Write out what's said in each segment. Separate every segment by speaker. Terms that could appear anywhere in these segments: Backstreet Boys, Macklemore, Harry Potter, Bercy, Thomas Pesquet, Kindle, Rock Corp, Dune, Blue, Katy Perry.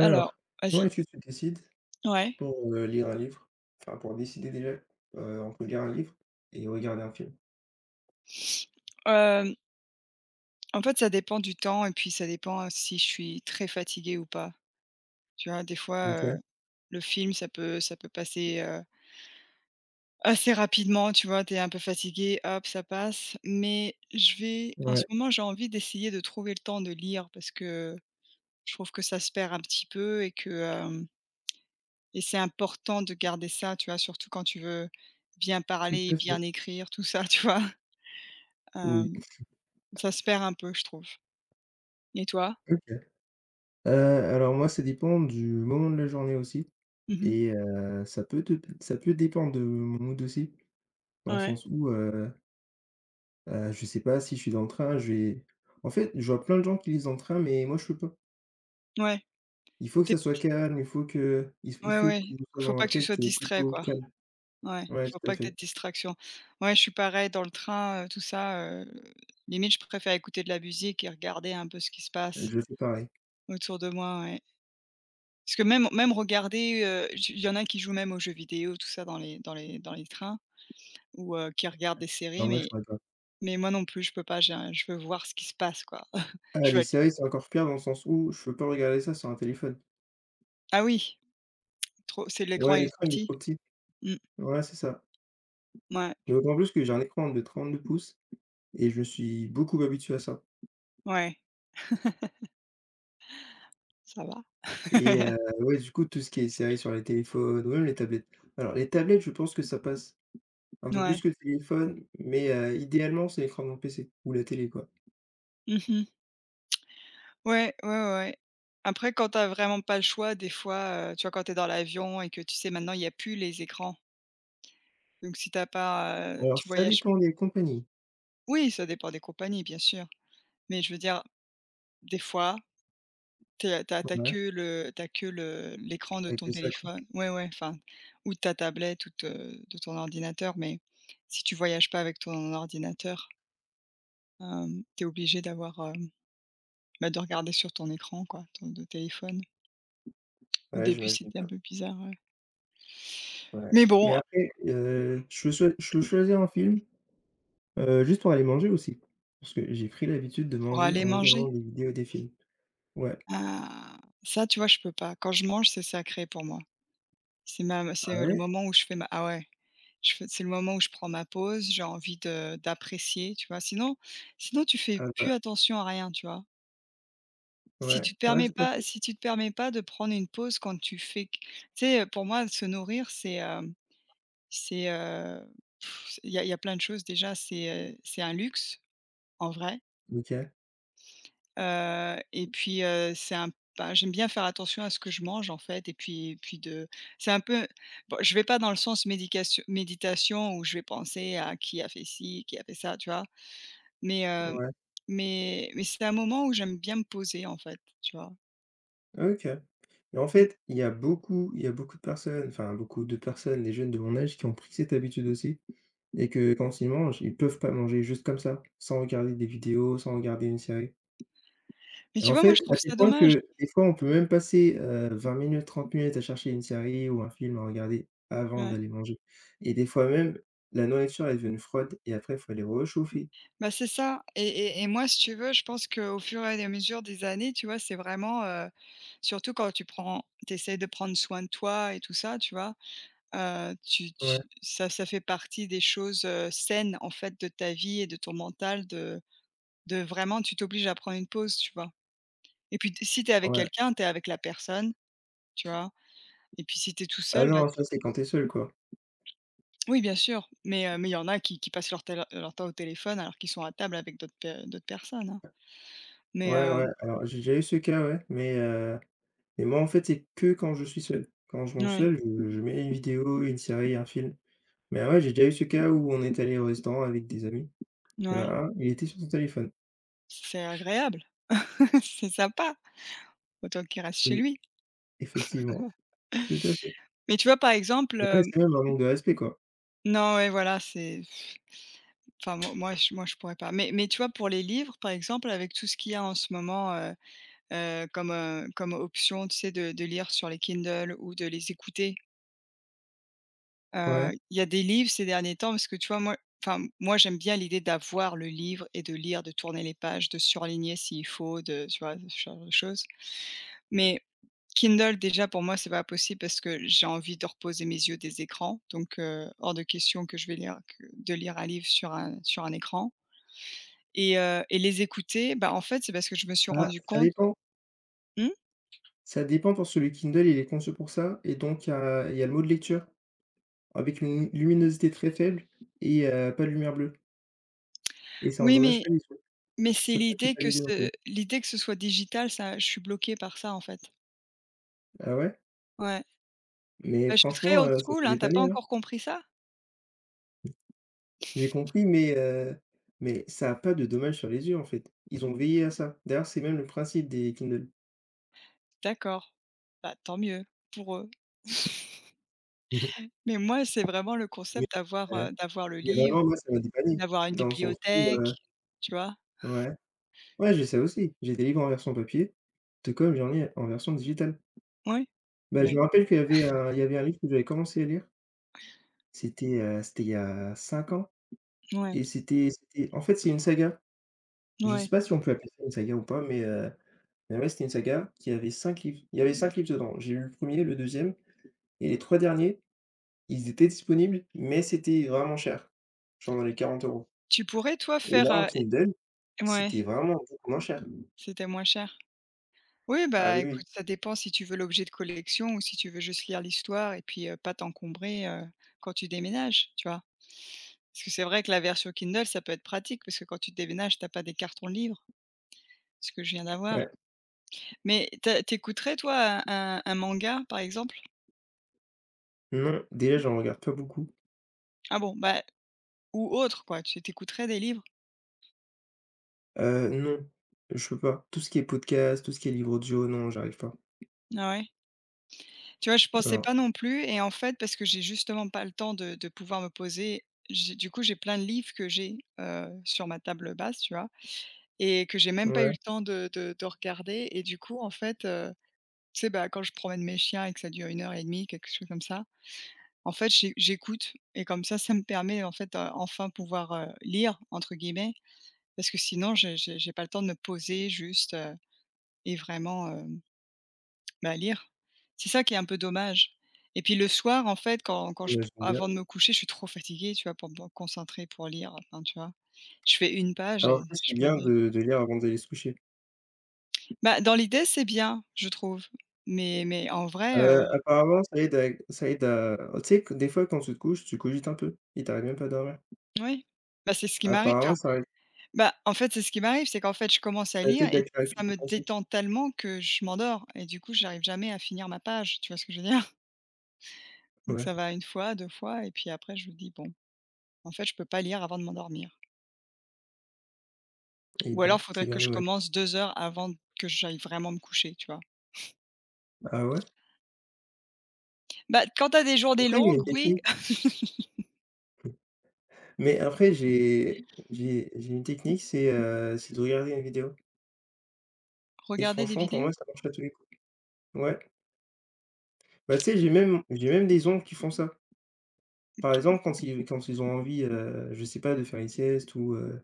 Speaker 1: Alors
Speaker 2: comment
Speaker 1: vas-y,
Speaker 2: est-ce que tu décides
Speaker 1: ouais.
Speaker 2: pour, lire un livre? Enfin, pour décider déjà, entre lire un livre et regarder un film?
Speaker 1: Hem, En fait, ça dépend du temps et puis ça dépend, si je suis très fatiguée ou pas. Tu vois? Des fois,
Speaker 2: OK,
Speaker 1: le film, ça peut passer, assez rapidement, tu vois? T'es un peu fatiguée, hop, ça passe. Mais je vais en
Speaker 2: ouais,
Speaker 1: ce moment, j'ai envie d'essayer de trouver le temps de lire parce que je trouve que ça se perd un petit peu et que, hem et c'est important de garder ça, tu vois? Surtout quand tu veux bien
Speaker 2: tout
Speaker 1: parler,
Speaker 2: à fait,
Speaker 1: bien écrire, tout ça, tu vois?
Speaker 2: oui,
Speaker 1: Hem, Ça se perd un peu, je trouve. Et toi?
Speaker 2: OK. Heu, alors moi, ça dépend du moment de la journée aussi
Speaker 1: Mmh mh.
Speaker 2: et ça peut te ça peut dépendre de mon mood aussi, dans le
Speaker 1: Ouais,
Speaker 2: sens où, je sais pas, si je suis dans le train, je vais en fait, je vois plein de gens qui lisent dans le train, mais moi, je peux pas.
Speaker 1: ouais.
Speaker 2: Il faut que
Speaker 1: Tu es
Speaker 2: ça soit
Speaker 1: p
Speaker 2: calme, il
Speaker 1: Ouais,
Speaker 2: faut que
Speaker 1: ouais.
Speaker 2: je
Speaker 1: Il
Speaker 2: sois
Speaker 1: faut
Speaker 2: dans un
Speaker 1: pas que tu
Speaker 2: cadre
Speaker 1: sois
Speaker 2: qui est
Speaker 1: distrait,
Speaker 2: plutôt
Speaker 1: quoi.
Speaker 2: calme.
Speaker 1: Ouais,
Speaker 2: Ouais,
Speaker 1: faut
Speaker 2: tout à
Speaker 1: pas que tu aies
Speaker 2: fait,
Speaker 1: de distraction. Ouais, je suis pareil dans le train, tout ça, limite je préfère écouter de la musique et regarder un peu ce qui se passe
Speaker 2: je fais pareil.
Speaker 1: autour de moi, ouais. Parce que même regarder, j il y en a qui jouent même aux jeux vidéo, tout ça dans les trains ou, qui regardent des
Speaker 2: Ah
Speaker 1: séries,
Speaker 2: ouais, je
Speaker 1: mais
Speaker 2: pourrais pas.
Speaker 1: mais moi non plus, je peux pas, j'ai un je veux voir ce qui se passe, quoi.
Speaker 2: Ah,
Speaker 1: Je
Speaker 2: les
Speaker 1: veux être
Speaker 2: séries, c'est encore pire dans le sens où je peux pas regarder ça sur un téléphone.
Speaker 1: ah oui, trop c'est l'écran,
Speaker 2: Ouais,
Speaker 1: il est trop
Speaker 2: l'écran, il est
Speaker 1: petit?
Speaker 2: trop petit.
Speaker 1: Mmh,
Speaker 2: Ouais, c'est ça.
Speaker 1: ouais,
Speaker 2: Et d'autant plus que j'ai un écran de 32 pouces et je me suis beaucoup habitué à ça.
Speaker 1: ouais, ça va.
Speaker 2: Et ouais, du coup, tout ce qui est séries sur les téléphones ou même les tablettes. Alors les tablettes, je pense que ça passe un peu plus
Speaker 1: Ouais.
Speaker 2: que le téléphone, mais idéalement, c'est l'écran de mon PC ou la télé, quoi.
Speaker 1: Mmh. Ouais, ouais, ouais, ouais. Après quand t'as vraiment pas le choix, des fois, tu vois, quand t'es dans l'avion et que tu sais maintenant il y a plus les écrans, donc si t'as pas,
Speaker 2: Alors
Speaker 1: tu
Speaker 2: ça
Speaker 1: voyages.
Speaker 2: dépend des compagnies.
Speaker 1: Oui, ça dépend des compagnies, bien sûr, mais je veux dire, des fois, tu es tu
Speaker 2: Ouais,
Speaker 1: que le t'as que le l'écran de
Speaker 2: avec
Speaker 1: ton
Speaker 2: que ça, quoi.
Speaker 1: téléphone ouais, ouais, enfin, ou de ta tablette ou de ton ordinateur, mais si tu voyages pas avec ton ordinateur, tu obligé d'avoir, bah, de regarder sur ton écran quoi, ton de téléphone. Au
Speaker 2: Ouais,
Speaker 1: début,
Speaker 2: j'imagine
Speaker 1: c'était un
Speaker 2: bien.
Speaker 1: peu bizarre, ouais,
Speaker 2: Ouais.
Speaker 1: mais
Speaker 2: Mais
Speaker 1: bon.
Speaker 2: après, je peux choi je peux choisir un film. Juste pour aller manger aussi, parce que j'ai pris l'habitude de
Speaker 1: Pour
Speaker 2: manger
Speaker 1: aller
Speaker 2: en regardant
Speaker 1: manger?
Speaker 2: des vidéos et des films. Ouais.
Speaker 1: Ah, ça, tu vois, je peux pas. Quand je mange, c'est sacré pour moi.
Speaker 2: Ah
Speaker 1: C'est, le
Speaker 2: ouais?
Speaker 1: moment où je fais ma ah ouais, je fais c'est le moment où je prends ma pause, j'ai envie de d'apprécier, tu vois? Sinon tu fais
Speaker 2: Ah
Speaker 1: plus
Speaker 2: bah,
Speaker 1: attention à rien, tu vois? Si tu te
Speaker 2: ouais,
Speaker 1: permets
Speaker 2: c'est pas
Speaker 1: pas
Speaker 2: faux.
Speaker 1: si tu te permets pas de prendre une pause. Quand tu fais q tu sais, pour moi, se nourrir, c'est, il y a plein de choses déjà, c'est un luxe en vrai.
Speaker 2: OK,
Speaker 1: Et puis, c'est un bah, j'aime bien faire attention à ce que je mange, en fait et puis de c'est un peu bon, je vais pas dans le sens médication méditation où je vais penser à qui a fait ci, qui a fait ça, tu vois? Mais,
Speaker 2: ouais,
Speaker 1: mais c'est un moment où j'aime bien me poser, en fait, tu vois?
Speaker 2: OK. Et en
Speaker 1: Mmh.
Speaker 2: fait, il y a beaucoup il y a beaucoup de personnes, enfin beaucoup de personnes, des jeunes de mon âge qui ont pris cette habitude aussi et que quand ils mangent, ils peuvent pas manger juste comme ça, sans regarder des vidéos, sans regarder une série.
Speaker 1: Mais
Speaker 2: Et
Speaker 1: tu
Speaker 2: en
Speaker 1: vois, moi, je
Speaker 2: fait, à
Speaker 1: trouve
Speaker 2: tel
Speaker 1: ça
Speaker 2: point
Speaker 1: dommage.
Speaker 2: que des fois, on peut même passer, 20 minutes, 30 minutes à chercher une série ou un film à regarder avant
Speaker 1: Ouais.
Speaker 2: d'aller manger et des fois même, la nourriture est devenue froide et après, il faut aller rechauffer.
Speaker 1: Bah, c'est ça et moi, si tu veux, je pense qu'au fur et à mesure des années, tu vois, c'est vraiment, surtout quand tu prends t'essayes de prendre soin de toi et tout ça, tu vois? Tu tu
Speaker 2: Ouais,
Speaker 1: ça ça fait partie des choses, saines, en fait, de ta vie et de ton mental de vraiment tu t'obliges à prendre une pause, tu vois? Et puis, t si tu es avec
Speaker 2: ouais.
Speaker 1: quelqu'un, tu es avec la personne, tu vois? Et puis, si tu es tout
Speaker 2: Ah
Speaker 1: seul, bah,
Speaker 2: non,
Speaker 1: tu
Speaker 2: ça, c'est quand t'es seul, quoi.
Speaker 1: oui, bien sûr, mais mais il y en a qui passent leur temps au téléphone alors qu'ils sont à table avec d'autres personnes, hein. Mais
Speaker 2: Ouais, ouais, alors j'ai déjà eu ce cas, ouais, mais moi, en fait, c'est que quand je suis seul. Quand je mange
Speaker 1: ouais,
Speaker 2: seul, je mets une vidéo, une série, un film. Mais ouais, j'ai déjà eu ce cas où on est allé au restaurant avec des amis. Il y en a
Speaker 1: ouais.
Speaker 2: un, il était sur son téléphone.
Speaker 1: C'est agréable, c'est sympa, autant qu'il reste chez
Speaker 2: Oui,
Speaker 1: lui.
Speaker 2: effectivement, tout à fait.
Speaker 1: Mais tu vois, par exemple,
Speaker 2: Ouais, c'est même un manque de respect, quoi.
Speaker 1: non, ouais, voilà, c'est enfin, moi moi, je pourrais pas. Mais tu vois, pour les livres, par exemple, avec tout ce qu'il y a en ce moment, comme, comme option, tu sais, de lire sur les Kindle ou de les écouter,
Speaker 2: Ouais.
Speaker 1: il y a des livres ces derniers temps parce que tu vois, moi enfin, moi, j'aime bien l'idée d'avoir le livre et de lire, de tourner les pages, de surligner s'il faut, de tu vois, ce genre de choses. Mais Kindle, déjà, pour moi, c'est pas possible parce que j'ai envie de reposer mes yeux des écrans, donc hors de question que je vais lire que de lire un livre sur un écran et et les écouter, bah, en fait, c'est parce que je me suis
Speaker 2: Ah,
Speaker 1: rendu
Speaker 2: ça
Speaker 1: compte
Speaker 2: dépend.
Speaker 1: mmh?
Speaker 2: Ça dépend pour celui Kindle, il est conçu pour ça et donc il y a le mode lecture avec une luminosité très faible et pas de lumière bleue et ça
Speaker 1: Oui,
Speaker 2: endommage
Speaker 1: mais
Speaker 2: pas les yeux.
Speaker 1: c'est
Speaker 2: Ça fatigue pas les yeux non plus.
Speaker 1: l'idée que ce soit digital, ça je suis bloquée par ça, en fait.
Speaker 2: Ah ouais?
Speaker 1: Ouais. Bah,
Speaker 2: Mais
Speaker 1: je suis très
Speaker 2: franchement,
Speaker 1: old
Speaker 2: ça
Speaker 1: school,
Speaker 2: peut
Speaker 1: hein, t'as pas
Speaker 2: dépanner, hein.
Speaker 1: encore compris ça?
Speaker 2: J'ai compris mais ça a pas de dommages sur les yeux, en fait. Ils ont veillé à ça. D'ailleurs, c'est même le principe des Kindle.
Speaker 1: D'accord. Bah, tant mieux pour eux. Mais moi, c'est vraiment le
Speaker 2: Mais
Speaker 1: concept d'avoir,
Speaker 2: heu,
Speaker 1: heu, d'avoir le
Speaker 2: mais
Speaker 1: livre,
Speaker 2: vraiment, moi, ça m'a dépanné
Speaker 1: d'avoir une
Speaker 2: dans le sens où,
Speaker 1: bibliothèque, tu vois?
Speaker 2: ouais. Ouais, j'ai ça aussi. J'ai des livres en version papier, tout comme j'en ai en version digitale.
Speaker 1: Ouais.
Speaker 2: Bah,
Speaker 1: Bah,
Speaker 2: je me
Speaker 1: écoute,
Speaker 2: rappelle qu'il y avait un il y avait un livre que j'avais commencé à lire, c'était, c'était il y a 5 ans
Speaker 1: ouais,
Speaker 2: et c'était en fait, c'est une saga. Je sais
Speaker 1: ouais.
Speaker 2: pas si on peut appeler ça une saga ou pas, mais ouais, c'était une saga qui avait 5 livres. Il y avait 5 livres dedans. J'ai eu le premier, le deuxième, et les 3 derniers, ils étaient disponibles, mais c'était vraiment cher, genre dans les 40 euros.
Speaker 1: Tu pourrais toi
Speaker 2: Et là,
Speaker 1: faire,
Speaker 2: en Kindle,
Speaker 1: ouais,
Speaker 2: c'était vraiment beaucoup moins cher.
Speaker 1: c'était moins cher. Oui,
Speaker 2: Ah
Speaker 1: bah,
Speaker 2: oui, oui,
Speaker 1: écoute, ça dépend si tu veux l'objet de collection ou si tu veux juste lire l'histoire et puis, pas t'encombrer, quand tu déménages, tu vois? Parce que c'est vrai que la version Kindle, ça peut être pratique parce que quand tu déménages, tu as pas des cartons de livres, ce que je viens d'avoir.
Speaker 2: ouais.
Speaker 1: Mais tu écouterais toi un manga, par exemple?
Speaker 2: Non, déjà, j'en regarde pas beaucoup.
Speaker 1: Ah bon, bah ou autre quoi, tu écouterais des livres?
Speaker 2: Non, je peux pas. Tout ce qui est podcast, tout ce qui est livre audio, non, j'arrive pas.
Speaker 1: Ah ouais? Tu vois, je pensais
Speaker 2: Non.
Speaker 1: pas non plus et en fait, parce que j'ai justement pas le temps de pouvoir me poser, j'ai du coup, j'ai plein de livres que j'ai, sur ma table basse, tu vois? Et que j'ai même pas eu
Speaker 2: Ouais,
Speaker 1: le temps de regarder et du coup, en fait, tu sais, bah, quand je promène mes chiens et que ça dure 1 h 30, quelque chose comme ça, en fait, j'écoute et comme ça me permet, en fait, enfin pouvoir, «lire» entre guillemets, parce que sinon, j'ai pas le temps de me poser juste, et vraiment, bah, lire. C'est ça qui est un peu dommage et puis le soir, en fait, quand quand je
Speaker 2: j'imagine bien.
Speaker 1: avant de me coucher, je suis trop fatiguée, tu vois, pour me concentrer, pour lire, enfin, tu vois? Je fais une page
Speaker 2: Alors
Speaker 1: et
Speaker 2: après,
Speaker 1: je
Speaker 2: c'est
Speaker 1: m'en
Speaker 2: bien
Speaker 1: dis.
Speaker 2: de lire avant d'aller se coucher.
Speaker 1: Bah, dans l'idée, c'est bien, je trouve, mais en vrai,
Speaker 2: Apparemment, ça aide à oh, tu sais que des fois, quand tu te couches, tu cogites un peu et tu arrives même pas à dormir.
Speaker 1: oui, bah, c'est ce qui m'arrive
Speaker 2: Apparemment,
Speaker 1: enfin,
Speaker 2: ça aide
Speaker 1: bah, en fait, c'est ce qui m'arrive, c'est qu'en fait, je commence à
Speaker 2: ça
Speaker 1: lire
Speaker 2: t'aide à
Speaker 1: et
Speaker 2: clarifier
Speaker 1: ça
Speaker 2: tes
Speaker 1: me
Speaker 2: pensées.
Speaker 1: détend tellement que je m'endors et du coup, j'arrive jamais à finir ma page, tu vois ce que je veux dire? Donc ça
Speaker 2: Ouais
Speaker 1: va une fois, 2 fois et puis après je me dis: «Bon, en fait, je peux pas lire avant de m'endormir».
Speaker 2: et il
Speaker 1: Ou alors
Speaker 2: dort, c'est
Speaker 1: faudrait que
Speaker 2: bien
Speaker 1: je
Speaker 2: dommage.
Speaker 1: commence 2 heures avant que j'aille vraiment me coucher, tu vois?
Speaker 2: Ah ouais?
Speaker 1: Bah, quand tu as des journées
Speaker 2: Après, il y a
Speaker 1: longues,
Speaker 2: une
Speaker 1: oui,
Speaker 2: technique, mais après j'ai une technique, c'est de regarder une vidéo et
Speaker 1: regarder des
Speaker 2: franchement, pour moi,
Speaker 1: vidéos.
Speaker 2: ça marche à tous les coups. Ouais. Bah, tu sais, j'ai même des oncles qui font ça. Par exemple, quand ils ont envie, je sais pas, de faire une sieste ou,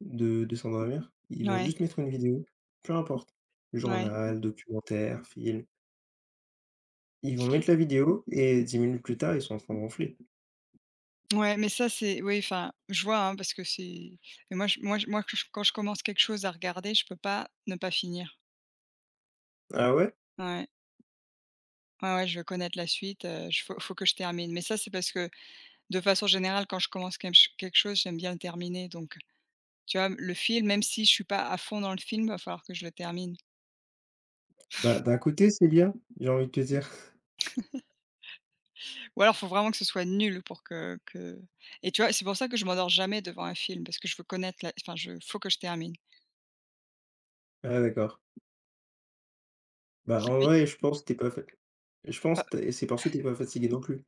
Speaker 2: de s'endormir, ils vont
Speaker 1: Ouais,
Speaker 2: juste mettre une vidéo, peu importe,
Speaker 1: ouais,
Speaker 2: journal, documentaire, film. Ils vont mettre la vidéo et 10 minutes plus tard, ils sont en train de ronfler.
Speaker 1: ouais, mais ça, c'est oui, enfin, je vois, hein, parce que c'est mais moi je moi je moi que je quand je commence quelque chose à regarder, je peux pas ne pas finir.
Speaker 2: Ah ouais?
Speaker 1: Ouais, ouais, ouais, je veux connaître la suite, il faut que je termine. Mais ça, c'est parce que de façon générale, quand je commence quelque chose, j'aime bien le terminer donc tu vois? Le film, même si je suis pas à fond dans le film, il va falloir que je le termine.
Speaker 2: Bah, d'un côté, c'est bien, j'ai envie de te dire.
Speaker 1: Ou alors, faut vraiment que ce soit nul pour que et tu vois? C'est pour ça que je m'endors jamais devant un film parce que je veux connaître la enfin, je faut que je termine.
Speaker 2: Ah d'accord. Bah, en
Speaker 1: Mais
Speaker 2: vrai, je pense que t'es pas fa je
Speaker 1: heu,
Speaker 2: pense tu es c'est parce que t'es pas fatigué non plus.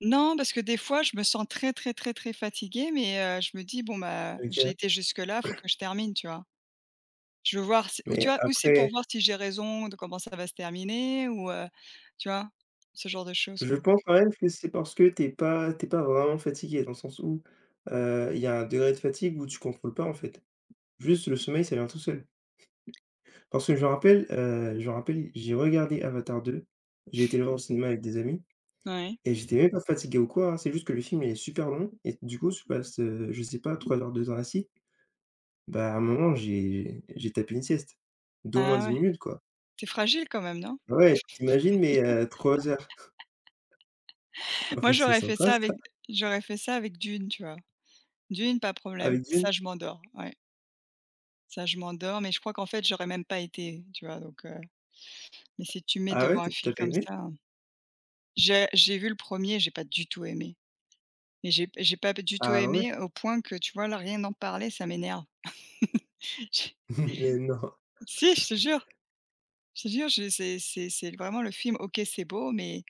Speaker 1: non, parce que des fois, je me sens très, très, très, très fatiguée, mais je me dis: «Bon, bah,
Speaker 2: OK.
Speaker 1: j'ai été jusque-là, faut que je termine», tu vois? Je veux voir si ou tu
Speaker 2: Mais
Speaker 1: vois? Ou c'est pour
Speaker 2: après,
Speaker 1: voir si j'ai raison de comment ça va se terminer ou tu vois? Ce genre de choses,
Speaker 2: je
Speaker 1: quoi.
Speaker 2: pense quand même que c'est parce que t'es pas vraiment fatigué, dans le sens où, il y a un degré de fatigue où tu contrôles pas, en fait. Juste le sommeil, ça vient tout seul. Parce que je me rappelle, j'ai regardé Avatar 2, j'ai été le voir au cinéma avec des amis
Speaker 1: Ouais.
Speaker 2: et j'étais même pas fatigué ou quoi, hein, c'est juste que le film, il est super long et du coup, je passe, je sais pas, 3 heures, 2 heures assis, bah, à un moment, j'ai tapé une sieste d'au moins
Speaker 1: Ah
Speaker 2: 10
Speaker 1: ouais.
Speaker 2: minutes, quoi.
Speaker 1: T'es fragile quand même, non?
Speaker 2: Ouais, t'imagines mais 3 heures. Ah
Speaker 1: Moi,
Speaker 2: bah, c'est sympa ça,
Speaker 1: j'aurais fait ça avec Dune, tu vois? Dune, pas problème.
Speaker 2: avec Dune.
Speaker 1: Ça, je m'endors, ouais. Ça, je m'endors, mais je crois qu'en fait, j'aurais même pas été, tu vois? Donc mais si tu mets
Speaker 2: Ah ouais,
Speaker 1: devant un
Speaker 2: t'as
Speaker 1: film
Speaker 2: tu pas
Speaker 1: comme
Speaker 2: aimé?
Speaker 1: ça, hein. J'ai vu le premier, j'ai pas du tout aimé, mais j'ai pas du tout
Speaker 2: Ah ouais?
Speaker 1: aimé au point que, tu vois, là, rien d'en parler, ça m'énerve. J
Speaker 2: Mais non.
Speaker 1: si, je te jure, je te jure, je c'est vraiment le film, OK, c'est beau, mais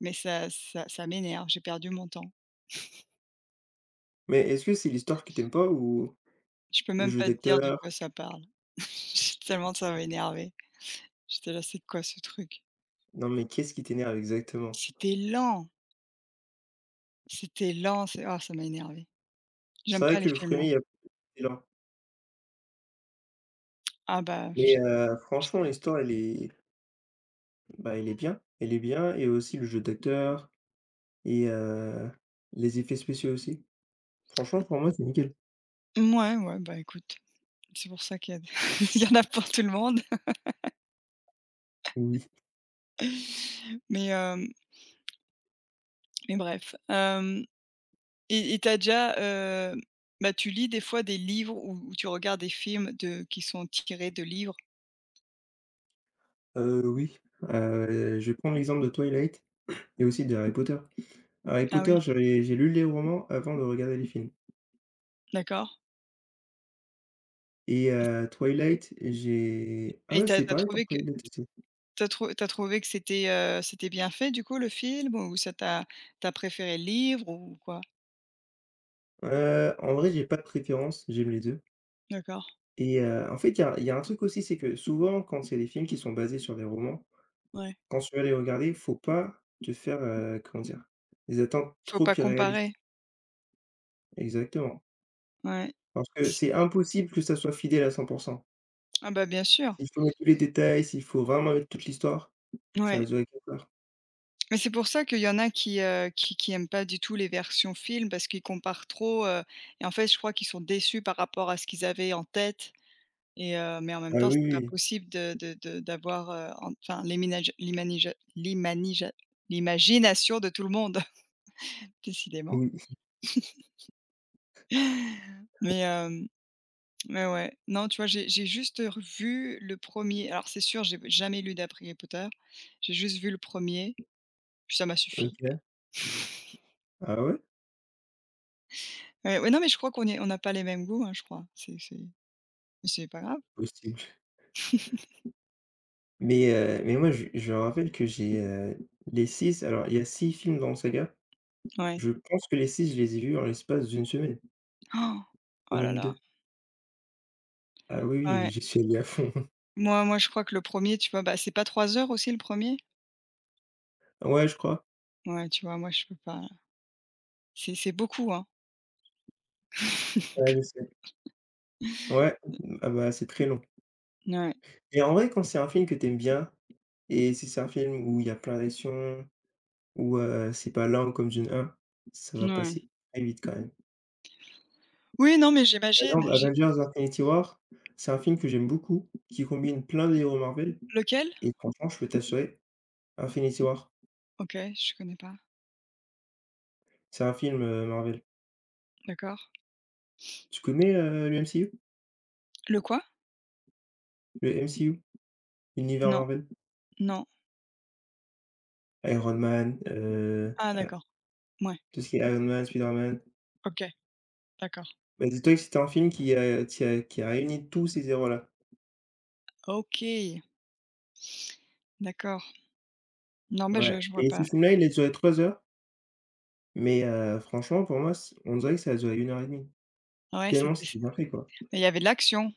Speaker 1: ça m'énerve, j'ai perdu mon temps.
Speaker 2: Mais est-ce que c'est l'histoire qui t'aime pas ou
Speaker 1: Je peux
Speaker 2: le
Speaker 1: même
Speaker 2: jeu
Speaker 1: pas te dire de
Speaker 2: d'acteur?
Speaker 1: quoi ça parle. Tellement ça m'a énervée. J'étais là: «C'est quoi ce truc?»
Speaker 2: Non, mais qu'est-ce qui t'énerve exactement?
Speaker 1: C'était lent, c'était lent, c'est oh, ça m'a énervé.
Speaker 2: C'est
Speaker 1: J'aime
Speaker 2: vrai
Speaker 1: pas
Speaker 2: que
Speaker 1: les
Speaker 2: le
Speaker 1: films lents.
Speaker 2: premier Excellent.
Speaker 1: Ah bah,
Speaker 2: Mais franchement, l'histoire, elle est bah, elle est bien et aussi le jeu d'acteur et les effets spéciaux aussi. Franchement, pour moi, c'est nickel.
Speaker 1: je mouais, ouais, bah, écoute, c'est pour ça qu'il y a il y en a pour tout le monde,
Speaker 2: Oui,
Speaker 1: mais mais bref. Hem et heu, bah, tu lis des fois des livres ou tu regardes des films de qui sont tirés de livres?
Speaker 2: oui, je vais prendre l'exemple de Twilight et aussi de Harry Potter. Harry
Speaker 1: Ah
Speaker 2: Potter,
Speaker 1: oui,
Speaker 2: j'ai lu les romans avant de regarder les films
Speaker 1: d'accord
Speaker 2: et Twilight, j'ai ah
Speaker 1: et
Speaker 2: ouais,
Speaker 1: t'as
Speaker 2: c'était
Speaker 1: as
Speaker 2: pareil pour
Speaker 1: trouvé que
Speaker 2: Twilight aussi.
Speaker 1: t'as trou tu trouvé que c'était bien fait du coup le film ou ça t'a t'as préféré le livre ou quoi?
Speaker 2: En vrai, j'ai pas de préférence, j'aime les deux.
Speaker 1: D'accord,
Speaker 2: Et en fait, il y a un truc aussi, c'est que souvent, quand c'est des films qui sont basés sur des romans
Speaker 1: ouais.
Speaker 2: quand tu vas les regarder, faut pas te faire, comment dire? Des attentes
Speaker 1: Faut
Speaker 2: trop
Speaker 1: pas
Speaker 2: irréalistes.
Speaker 1: comparer,
Speaker 2: Exactement.
Speaker 1: ouais.
Speaker 2: Parce que c'est impossible que ça soit fidèle à 100.
Speaker 1: Ah bah, bien sûr,
Speaker 2: S'il faut mettre tous les détails, s'il faut vraiment mettre toute l'histoire, ça va
Speaker 1: ouais.
Speaker 2: durer 4 heures.
Speaker 1: Mais c'est pour ça qu'il y en a qui, qui aiment pas du tout les versions films parce qu'ils comparent trop, et en fait, je crois qu'ils sont déçus par rapport à ce qu'ils avaient en tête et mais en même
Speaker 2: Ah
Speaker 1: temps,
Speaker 2: oui,
Speaker 1: c'est pas
Speaker 2: oui,
Speaker 1: possible de d'avoir, en enfin l'iminage l'imanija l'imanija l'imagination de tout le monde, décidément.
Speaker 2: oui. Oui.
Speaker 1: Mais hem, mais ouais, non, tu vois, j'ai juste revu le premier alors c'est sûr, j'ai jamais lu d'après Harry Potter. J'ai juste vu le premier puis ça m'a suffi.
Speaker 2: OK. Ah ouais?
Speaker 1: Ouais, ouais, non, mais je crois qu'on n'a pas les mêmes goûts, hein, je crois. C'est mais c'est pas grave.
Speaker 2: Possible. Mais moi je me rappelle que j'ai, les 6. Alors il y a 6 films dans Saga.
Speaker 1: Ouais.
Speaker 2: Je pense que les six, je les ai vus en l'espace d'une semaine
Speaker 1: Oh! Oh
Speaker 2: ou
Speaker 1: là
Speaker 2: même
Speaker 1: là.
Speaker 2: 2. Ah oui, oui,
Speaker 1: Ouais.
Speaker 2: j'y suis allé à fond.
Speaker 1: Moi, je crois que le premier tu vois, bah, c'est pas 3 heures aussi le premier.
Speaker 2: Ouais, je crois.
Speaker 1: Ouais, tu vois, moi, je peux pas. C'est beaucoup, hein.
Speaker 2: Ouais, je sais. Ouais, ah bah, c'est très long.
Speaker 1: Ouais,
Speaker 2: Et en vrai, quand c'est un film que t'aimes bien et si c'est un film où il y a plein d'actions où, c'est pas lent comme Dune 1, ça va
Speaker 1: ouais.
Speaker 2: passer très vite quand même.
Speaker 1: Oui, non, mais
Speaker 2: Par
Speaker 1: j'imagine,
Speaker 2: exemple,
Speaker 1: j'ai
Speaker 2: Avengers: Infinity War, c'est un film que j'aime beaucoup, qui combine plein de héros Marvel
Speaker 1: lequel?
Speaker 2: et franchement, je peux t'assurer, Infinity War,
Speaker 1: OK, je connais pas.
Speaker 2: c'est un film, Marvel.
Speaker 1: D'accord.
Speaker 2: Tu connais, le MCU?
Speaker 1: Le quoi?
Speaker 2: Le MCU, l'univers
Speaker 1: Non,
Speaker 2: Marvel?
Speaker 1: non.
Speaker 2: Iron Man,
Speaker 1: Ah d'accord. Ouais,
Speaker 2: tout ce qui est Iron Man, Spider-Man.
Speaker 1: OK, d'accord.
Speaker 2: Bah, dis-toi que c'était un film qui a qui a réuni tous ces héros-là.
Speaker 1: OK, d'accord. Non, mais je
Speaker 2: Ouais
Speaker 1: je vois
Speaker 2: et ce
Speaker 1: pas.
Speaker 2: film-là, il a duré 3 heures. Mais franchement, pour moi, c on dirait que ça a duré 1 heure et demie,
Speaker 1: Ouais,
Speaker 2: tellement
Speaker 1: c'était
Speaker 2: c'était bien fait, quoi.
Speaker 1: mais il y avait de l'action.